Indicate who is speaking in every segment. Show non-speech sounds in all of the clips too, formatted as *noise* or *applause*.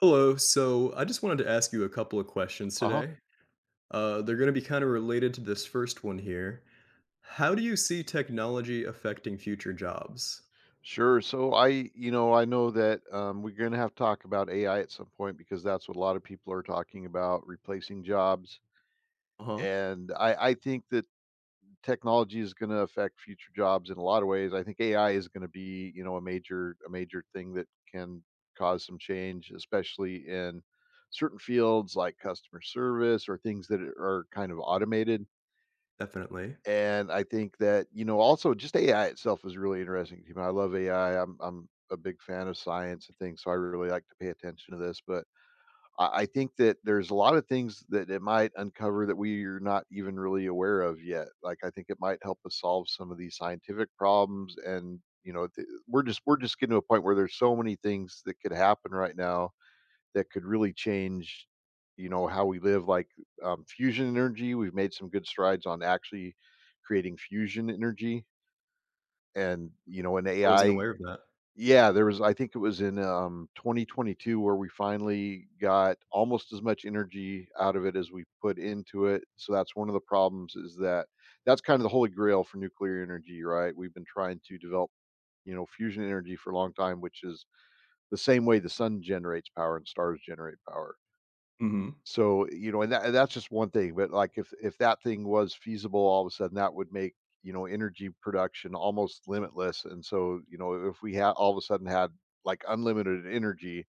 Speaker 1: Hello. So I just wanted to ask you a couple of questions
Speaker 2: Uh-huh.
Speaker 1: today. They're going to be kind of related to this first one here. How do you see technology affecting future jobs?
Speaker 2: Sure. So I, you know, I know that we're going to have to talk about AI at some point because that's what a lot of people are talking about, replacing jobs.
Speaker 1: Uh huh.
Speaker 2: And I think that technology is going to affect future jobs in a lot of ways. I think AI is going to be, you know, a major thing that can cause some change, especially in certain fields like customer service or things that are kind of automated.
Speaker 1: Definitely.
Speaker 2: And I think that, you know, also just AI itself is really interesting to me. I love AI. I'm a big fan of science and things, so I really like to pay attention to this. But I think that there's a lot of things that it might uncover that we are not even really aware of yet. Like I think it might help us solve some of these scientific problems and you know we're just getting to a point where there's so many things that could happen right now that could really change, you know, how we live. Like fusion energy, we've made some good strides on actually creating fusion energy, and you know, an
Speaker 1: I wasn't
Speaker 2: AI.
Speaker 1: aware of that.
Speaker 2: Yeah, there was. I think it was in 2022 where we finally got almost as much energy out of it as we put into it. So that's one of the problems is that that's kind of the holy grail for nuclear energy, right? We've been trying to develop, you know, fusion energy for a long time, which is the same way the sun generates power and stars generate power.
Speaker 1: Hmm.
Speaker 2: So, you know, and that's just one thing, but, like, if that thing was feasible, all of a sudden, that would make, you know, energy production almost limitless, and so, you know, if we had all of a sudden had, like, unlimited energy,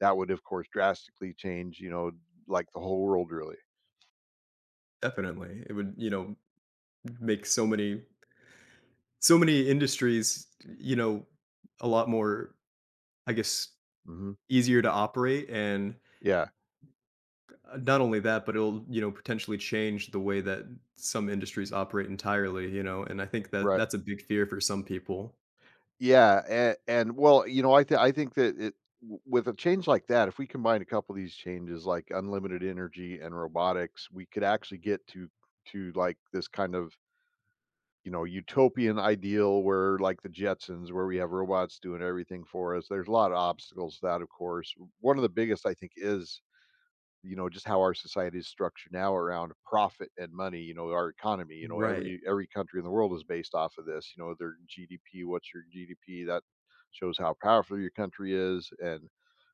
Speaker 2: that would, of course, drastically change, you know, like, the whole world, really.
Speaker 1: Definitely. It would, make so many, so many industries, you know, a lot more, I guess,
Speaker 2: Mhm.
Speaker 1: easier to operate and
Speaker 2: Yeah.
Speaker 1: Not only that, but it'll, you know, potentially change the way that some industries operate entirely, you know, and I think that
Speaker 2: Right.
Speaker 1: that's a big fear for some people.
Speaker 2: Yeah, and well, you know, I think that it w with a change like that, if we combine a couple of these changes, like unlimited energy and robotics, we could actually get to like, this kind of, you know, utopian ideal where like the Jetsons where we have robots doing everything for us. There's a lot of obstacles to that, of course. One of the biggest I think is, you know, just how our society is structured now around profit and money, you know, our economy, you know,
Speaker 1: Right.
Speaker 2: every country in the world is based off of this, you know, their GDP, what's your GDP, that shows how powerful your country is. And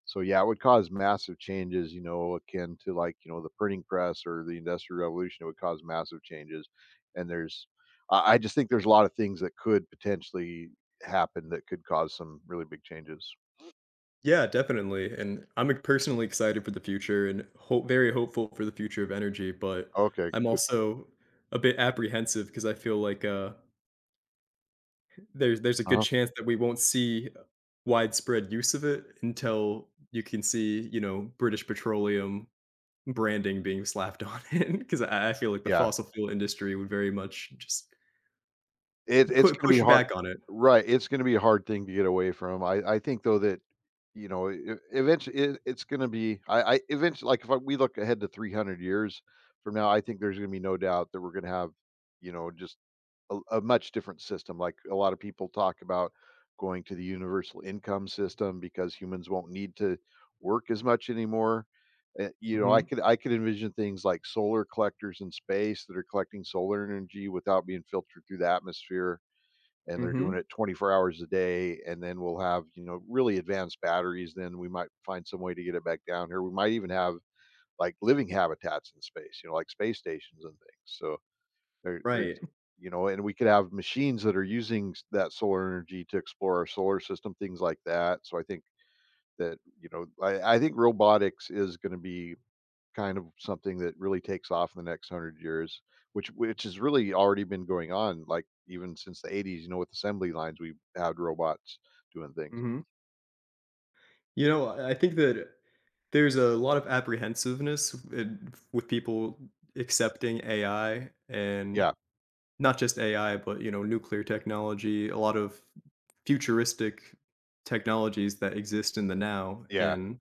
Speaker 2: so yeah, it would cause massive changes, you know, akin to, like, you know, the printing press or the industrial revolution, it would cause massive changes. And there's, I just think there's a lot of things that could potentially happen that could cause some really big changes.
Speaker 1: Yeah, definitely. And personally excited for the future and hope very hopeful for the future of energy, but
Speaker 2: Okay,
Speaker 1: I'm
Speaker 2: good.
Speaker 1: also a bit apprehensive because I feel like there's a good
Speaker 2: Uh-huh.
Speaker 1: chance that we won't see widespread use of it until you can see, you know, British Petroleum branding being slapped on it, *laughs* 'cause I feel like the
Speaker 2: Yeah.
Speaker 1: fossil fuel industry would very much just
Speaker 2: It it's
Speaker 1: put
Speaker 2: gonna be
Speaker 1: push
Speaker 2: hard.
Speaker 1: back on it.
Speaker 2: Right, it's gonna be a hard thing to get away from. I think though that, you know, e eventually it it's gonna be I eventually like, if I we look ahead to 300 years from now, I think there's gonna be no doubt that we're gonna have, you know, just a much different system. Like, a lot of people talk about going to the universal income system because humans won't need to work as much anymore. Eh, you know, I
Speaker 1: Mhm,
Speaker 2: could I could envision things like solar collectors in space that are collecting solar energy without being filtered through the atmosphere, and they're doing
Speaker 1: mhm,
Speaker 2: it 24 hours a day. And then we'll have, you know, really advanced batteries, then we might find some way to get it back down here. We might even have like living habitats in space, you know, like space stations and things. So there's,
Speaker 1: right,
Speaker 2: you know, and we could have machines that are using that solar energy to explore our solar system, things like that. So I think that, you know, I think robotics is going to be kind of something that really takes off in the next 100 years, which has really already been going on, like, even since the '80s, you know, with assembly lines, we had robots doing things.
Speaker 1: mhm. I think that there's a lot of apprehensiveness in with people accepting AI and
Speaker 2: Yeah,
Speaker 1: not just AI, but, you know, nuclear technology, a lot of futuristic technologies that exist in the now,
Speaker 2: yeah,
Speaker 1: and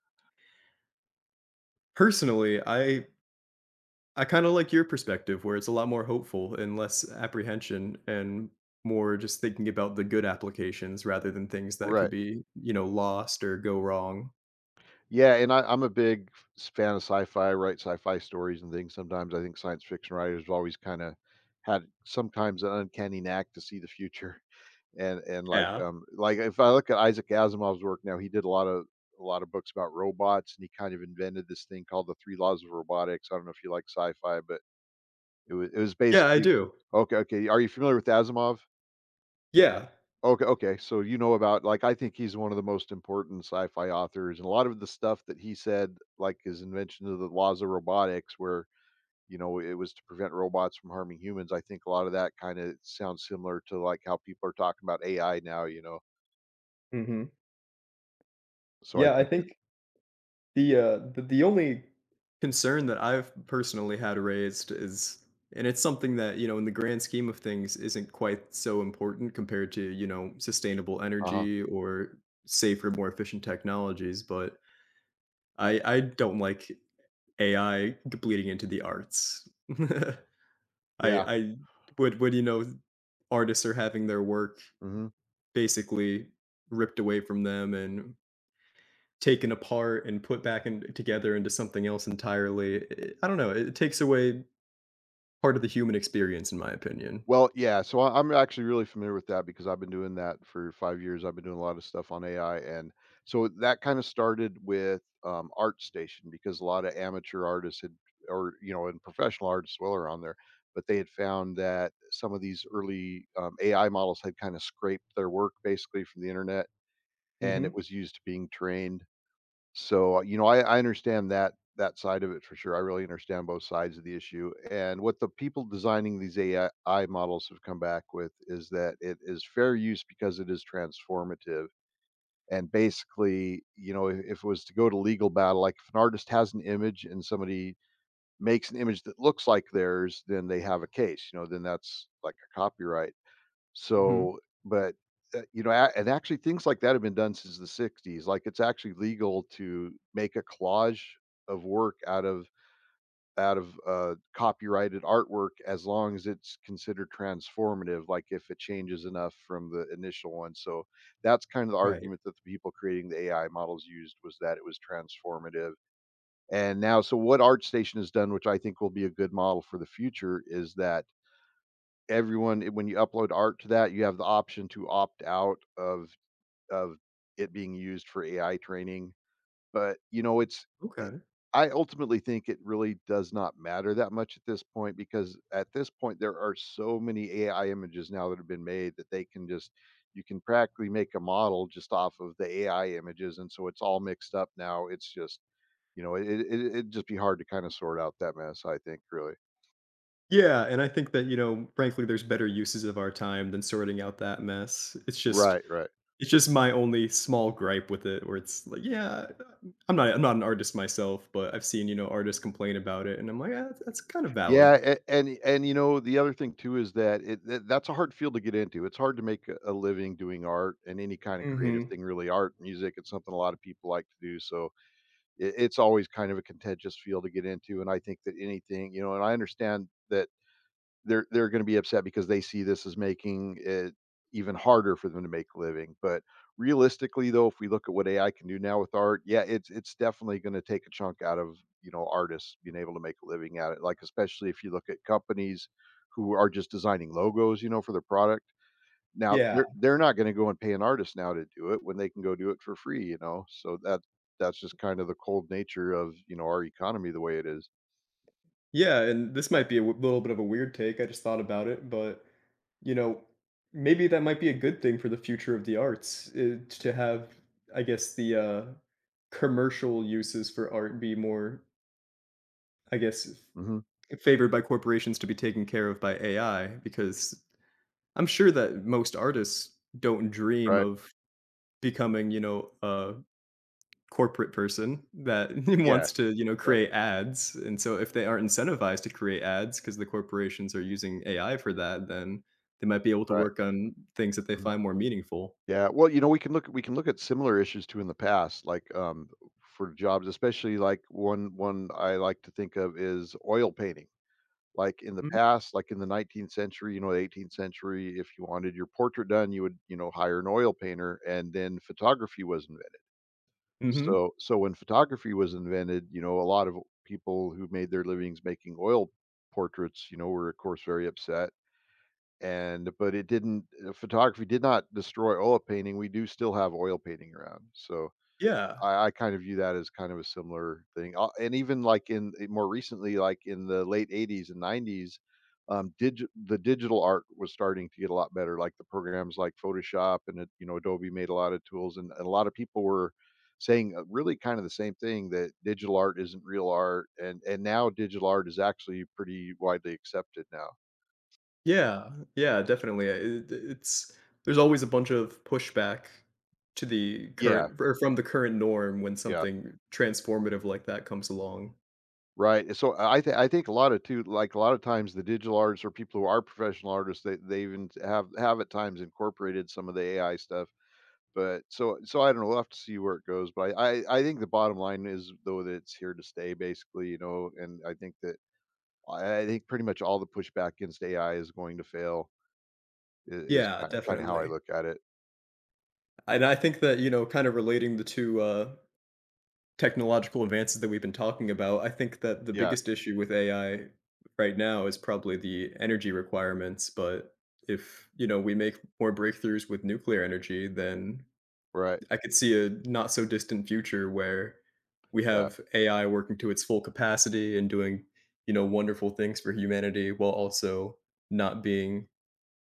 Speaker 1: personally, I kinda like your perspective where it's a lot more hopeful and less apprehension and more just thinking about the good applications rather than things that could
Speaker 2: right.
Speaker 1: be, you know, lost or go wrong.
Speaker 2: Yeah, and I'm a big fan of sci-fi, I write sci-fi stories and things sometimes. I think science fiction writers have always kinda had sometimes an uncanny knack to see the future. *laughs* And
Speaker 1: Yeah.
Speaker 2: like, if I look at Isaac Asimov's work now, he did a lot of books about robots, and he kind of invented this thing called the three laws of robotics. I don't know if you like sci-fi, but it was
Speaker 1: Yeah, I
Speaker 2: basically
Speaker 1: do.
Speaker 2: okay, okay. Are you familiar with Asimov?
Speaker 1: Yeah.
Speaker 2: Okay, okay. So you know about, like, I think he's one of the most important sci-fi authors, and a lot of the stuff that he said, like his invention of the laws of robotics, where, you know, it was to prevent robots from harming humans. I think a lot of that kind of sounds similar to like how people are talking about AI now. You know,
Speaker 1: Mhm.
Speaker 2: so I
Speaker 1: Yeah, I
Speaker 2: think that.
Speaker 1: think the only concern that I've personally had raised is and it's something that, you know, in the grand scheme of things isn't quite so important compared to, you know, sustainable
Speaker 2: Uh huh.
Speaker 1: energy or safer, more efficient technologies, but I don't like AI bleeding into the arts. *laughs* I
Speaker 2: Yeah.
Speaker 1: I would, you know, artists are having their work
Speaker 2: Mhm.
Speaker 1: basically ripped away from them and taken apart and put back in together into something else entirely. I don't know, it takes away part of the human experience, in my opinion.
Speaker 2: Well, yeah, so I'm actually really familiar with that because I've been doing that for 5 years. I've been doing a lot of stuff on AI, and so that kinda started with, ArtStation because a lot of amateur artists had or, you know, and professional artists as well are on there, but they had found that some of these early, AI models had kinda scraped their work basically from the internet, and it
Speaker 1: Mhm,
Speaker 2: was used to being trained. So, you know, I understand that that side of it for sure. I really understand both sides of the issue, and what the people designing these AI models have come back with is that it is fair use because it is transformative. And basically, you know, if it was to go to legal battle, like if an artist has an image and somebody makes an image that looks like theirs, then they have a case, you know, then that's like a copyright.
Speaker 1: mhm,
Speaker 2: So, but, you know, a and actually things like that have been done since the '60s, like, it's actually legal to make a collage of work out of copyrighted artwork as long as it's considered transformative, like, if it changes enough from the initial one. So that's kind of the
Speaker 1: right,
Speaker 2: argument that the people creating the AI models used, was that it was transformative, and now. So what ArtStation has done, which I think will be a good model for the future, is that everyone when you upload art to that, you have the option to opt out of it being used for AI training. But, you know, it's,
Speaker 1: okay.
Speaker 2: I ultimately think it really does not matter that much at this point, because at this point there are so many AI images now that have been made that they can just, you can practically make a model just off of the AI images, and so it's all mixed up now. It's just, you know, it'd just be hard to kind of sort out that mess. I think really.
Speaker 1: Yeah, and I think that, you know, frankly, there's better uses of our time than sorting out that mess.
Speaker 2: Right. Right.
Speaker 1: It's just my only small gripe with it where it's like, yeah, I'm not an artist myself, but I've seen, you know, artists complain about it, and I'm like, "Ah, that's kind of valid."
Speaker 2: Yeah, and you know the other thing too is that that's a hard field to get into. It's hard to make a living doing art and any kind of creative
Speaker 1: Mhm.
Speaker 2: thing. Really, art, music, it's something a lot of people like to do. So it's always kind of a contentious field to get into. And I think that anything, you know, and I understand that they're going to be upset because they see this as making it even harder for them to make a living. But realistically, though, if we look at what AI can do now with art, yeah, it's definitely going to take a chunk out of, you know, artists being able to make a living at it. Like especially if you look at companies who are just designing logos, you know, for their product. Now
Speaker 1: Yeah.
Speaker 2: they're not going to go and pay an artist now to do it when they can go do it for free, you know. So that that's just kind of the cold nature of, you know, our economy the way it is.
Speaker 1: Yeah, and this might be a w little bit of a weird take, I just thought about it, but, you know, maybe that might be a good thing for the future of the arts, to have, I guess, the, uh, commercial uses for art be more, I guess,
Speaker 2: Mm-hmm.
Speaker 1: f favored by corporations to be taken care of by AI because I'm sure that most artists don't dream
Speaker 2: Right?
Speaker 1: of becoming, you know, a corporate person that *laughs*
Speaker 2: Yeah.
Speaker 1: wants to, you know,
Speaker 2: Yeah.
Speaker 1: create ads. And so if they aren't incentivized to create ads because the corporations are using AI for that, then they might be able to
Speaker 2: Right.
Speaker 1: work on things that they
Speaker 2: Mm-hmm.
Speaker 1: find more meaningful.
Speaker 2: Yeah, well, you know, we can look at similar issues too in the past, like, for jobs, especially like one I like to think of is oil painting. Like in the
Speaker 1: Mhm.
Speaker 2: past, like in the 19th century, you know, 18th century, if you wanted your portrait done, you would, you know, hire an oil painter. And then photography was invented.
Speaker 1: Mhm.
Speaker 2: So when photography was invented, you know, a lot of people who made their livings making oil portraits, you know, were of course very upset, and but it didn't photography did not destroy oil painting. We do still have oil painting around. So
Speaker 1: Yeah.
Speaker 2: I kind of view that as kind of a similar thing. And even, in more recently, like, in the late '80s and '90s, digi the digital art was starting to get a lot better, like, the programs like Photoshop. And Adobe made a lot of tools, and a lot of people were saying, really kind of the same thing, that digital art isn't real art. And now digital art is actually pretty widely accepted now.
Speaker 1: Yeah. Yeah, definitely. It, it's There's always a bunch of pushback to the
Speaker 2: Yeah,
Speaker 1: current or from the current norm when
Speaker 2: yeah.
Speaker 1: something transformative like that comes along.
Speaker 2: Right, and so I think a lot of too, like, a lot of times the digital artists or people who are professional artists, they even have at times incorporated some of the AI stuff. But I don't know, we'll have to see where it goes. But I think the bottom line is, though, that it's here to stay, basically, you know. And I think that I think pretty much all the pushback against AI is going to fail I is
Speaker 1: Yeah,
Speaker 2: kinda how I
Speaker 1: definitely.
Speaker 2: look at it.
Speaker 1: And I think that, you know, kind of relating the two, technological advances that we've been talking about, I think that the
Speaker 2: Yeah,
Speaker 1: biggest issue with AI right now is probably the energy requirements, but if, you know, we make more breakthroughs with nuclear energy, then
Speaker 2: right,
Speaker 1: I could see a not so distant future where we
Speaker 2: yeah,
Speaker 1: have AI working to its full capacity and doing, you know, wonderful things for humanity while also not being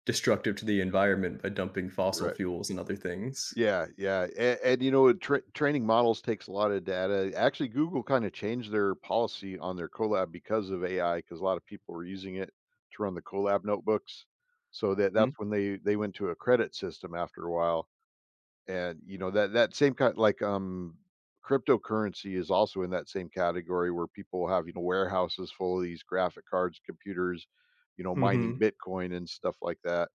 Speaker 1: destructive to the environment by dumping fossil
Speaker 2: right.
Speaker 1: fuels and other things.
Speaker 2: Yeah, yeah, and you know, training models takes a lot of data. Actually, Google kind of changed their policy on their Colab because of AI, because a lot of people were using it to run the Colab notebooks. So that
Speaker 1: Mhm.
Speaker 2: that's when they went to a credit system after a while. And you know, that same kind, like, cryptocurrency is also in that same category, where people have, you know, warehouses full of these graphic cards, computers, you know, mining
Speaker 1: Mhm.
Speaker 2: Bitcoin and stuff like that.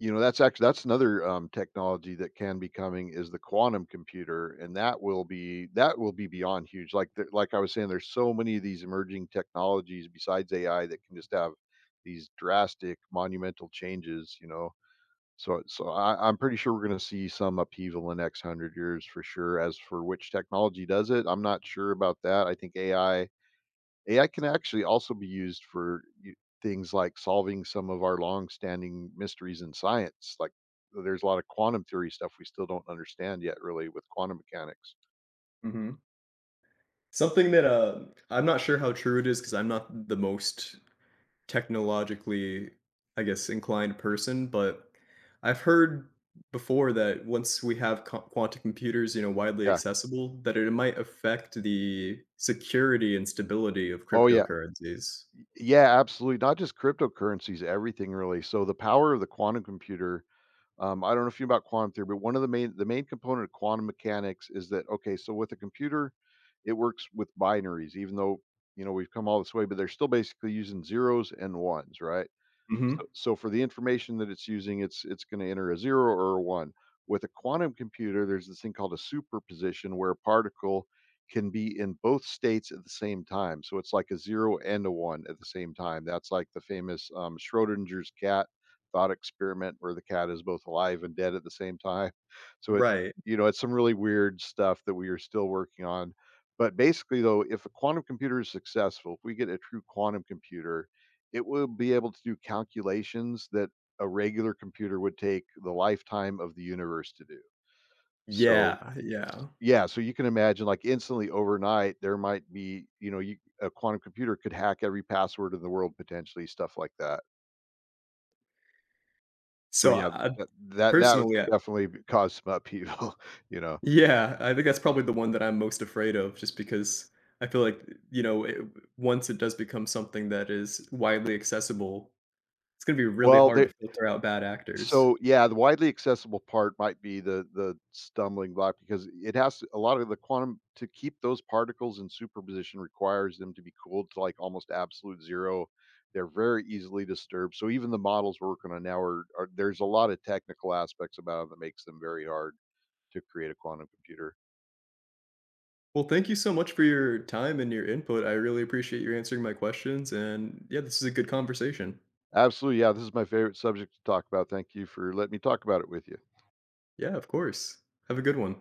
Speaker 2: You know, that's actually, that's another, technology that can be coming, is the quantum computer. And that will be beyond huge. Like, the like I was saying, there's so many of these emerging technologies besides AI that can just have these drastic monumental changes, you know? So I'm pretty sure we're gonna see some upheaval in the next 100 years for sure. As for which technology does it, I'm not sure about that. I think AI can actually also be used for things like solving some of our long-standing mysteries in science. Like, there's a lot of quantum theory stuff we still don't understand yet, really, with quantum mechanics.
Speaker 1: Mhm. Something that, I'm not sure how true it is because is 'cause I'm not the most technologically, I guess, inclined person, but I've heard before that once we have co quantum computers, you know, widely
Speaker 2: Yeah.
Speaker 1: accessible, that it might affect the security and stability of
Speaker 2: Oh, yeah.
Speaker 1: cryptocurrencies.
Speaker 2: Yeah, absolutely. Not just cryptocurrencies, everything really. So the power of the quantum computer. I don't know if you know about quantum theory, but one of the main component of quantum mechanics is that, okay, so with a computer, it works with binaries, even though, you know, we've come all this way, but they're still basically using zeros and ones, right?
Speaker 1: Mhm.
Speaker 2: So for the information that it's using, it's gonna enter a 0 or a 1. With a quantum computer, there's this thing called a superposition where a particle can be in both states at the same time. So it's like a 0 and a 1 at the same time. That's like the famous, Schrodinger's cat thought experiment, where the cat is both alive and dead at the same time. *laughs* So it's,
Speaker 1: Right.
Speaker 2: you know, it's some really weird stuff that we are still working on. But basically though, if a quantum computer is successful, if we get a true quantum computer, it will be able to do calculations that a regular computer would take the lifetime of the universe to do. So,
Speaker 1: Yeah, yeah.
Speaker 2: yeah, so you can imagine, like, instantly overnight, there might be, you know, you a quantum computer could hack every password in the world, potentially, stuff like that. So,
Speaker 1: So,
Speaker 2: yeah,
Speaker 1: I I
Speaker 2: that
Speaker 1: personally,
Speaker 2: could definitely b cause some upheaval, *laughs* you know?
Speaker 1: Yeah, I think that's probably the one that I'm most afraid of just because I feel like, you know, it, once it does become something that is widely accessible, it's going to be really
Speaker 2: Well,
Speaker 1: hard
Speaker 2: they,
Speaker 1: to filter out bad actors.
Speaker 2: so, yeah, the widely accessible part might be the stumbling block, because it has to, a lot of the quantum, to keep those particles in superposition requires them to be cooled to like almost absolute zero. They're very easily disturbed. So even the models we're working on now are, there's a lot of technical aspects about it that makes them very hard to create a quantum computer.
Speaker 1: Well, thank you so much for your time and your input. I really appreciate you answering my questions. And yeah, this is a good conversation.
Speaker 2: Absolutely, yeah. This is my favorite subject to talk about. Thank you for letting me talk about it with you.
Speaker 1: Yeah, of course. Have a good one.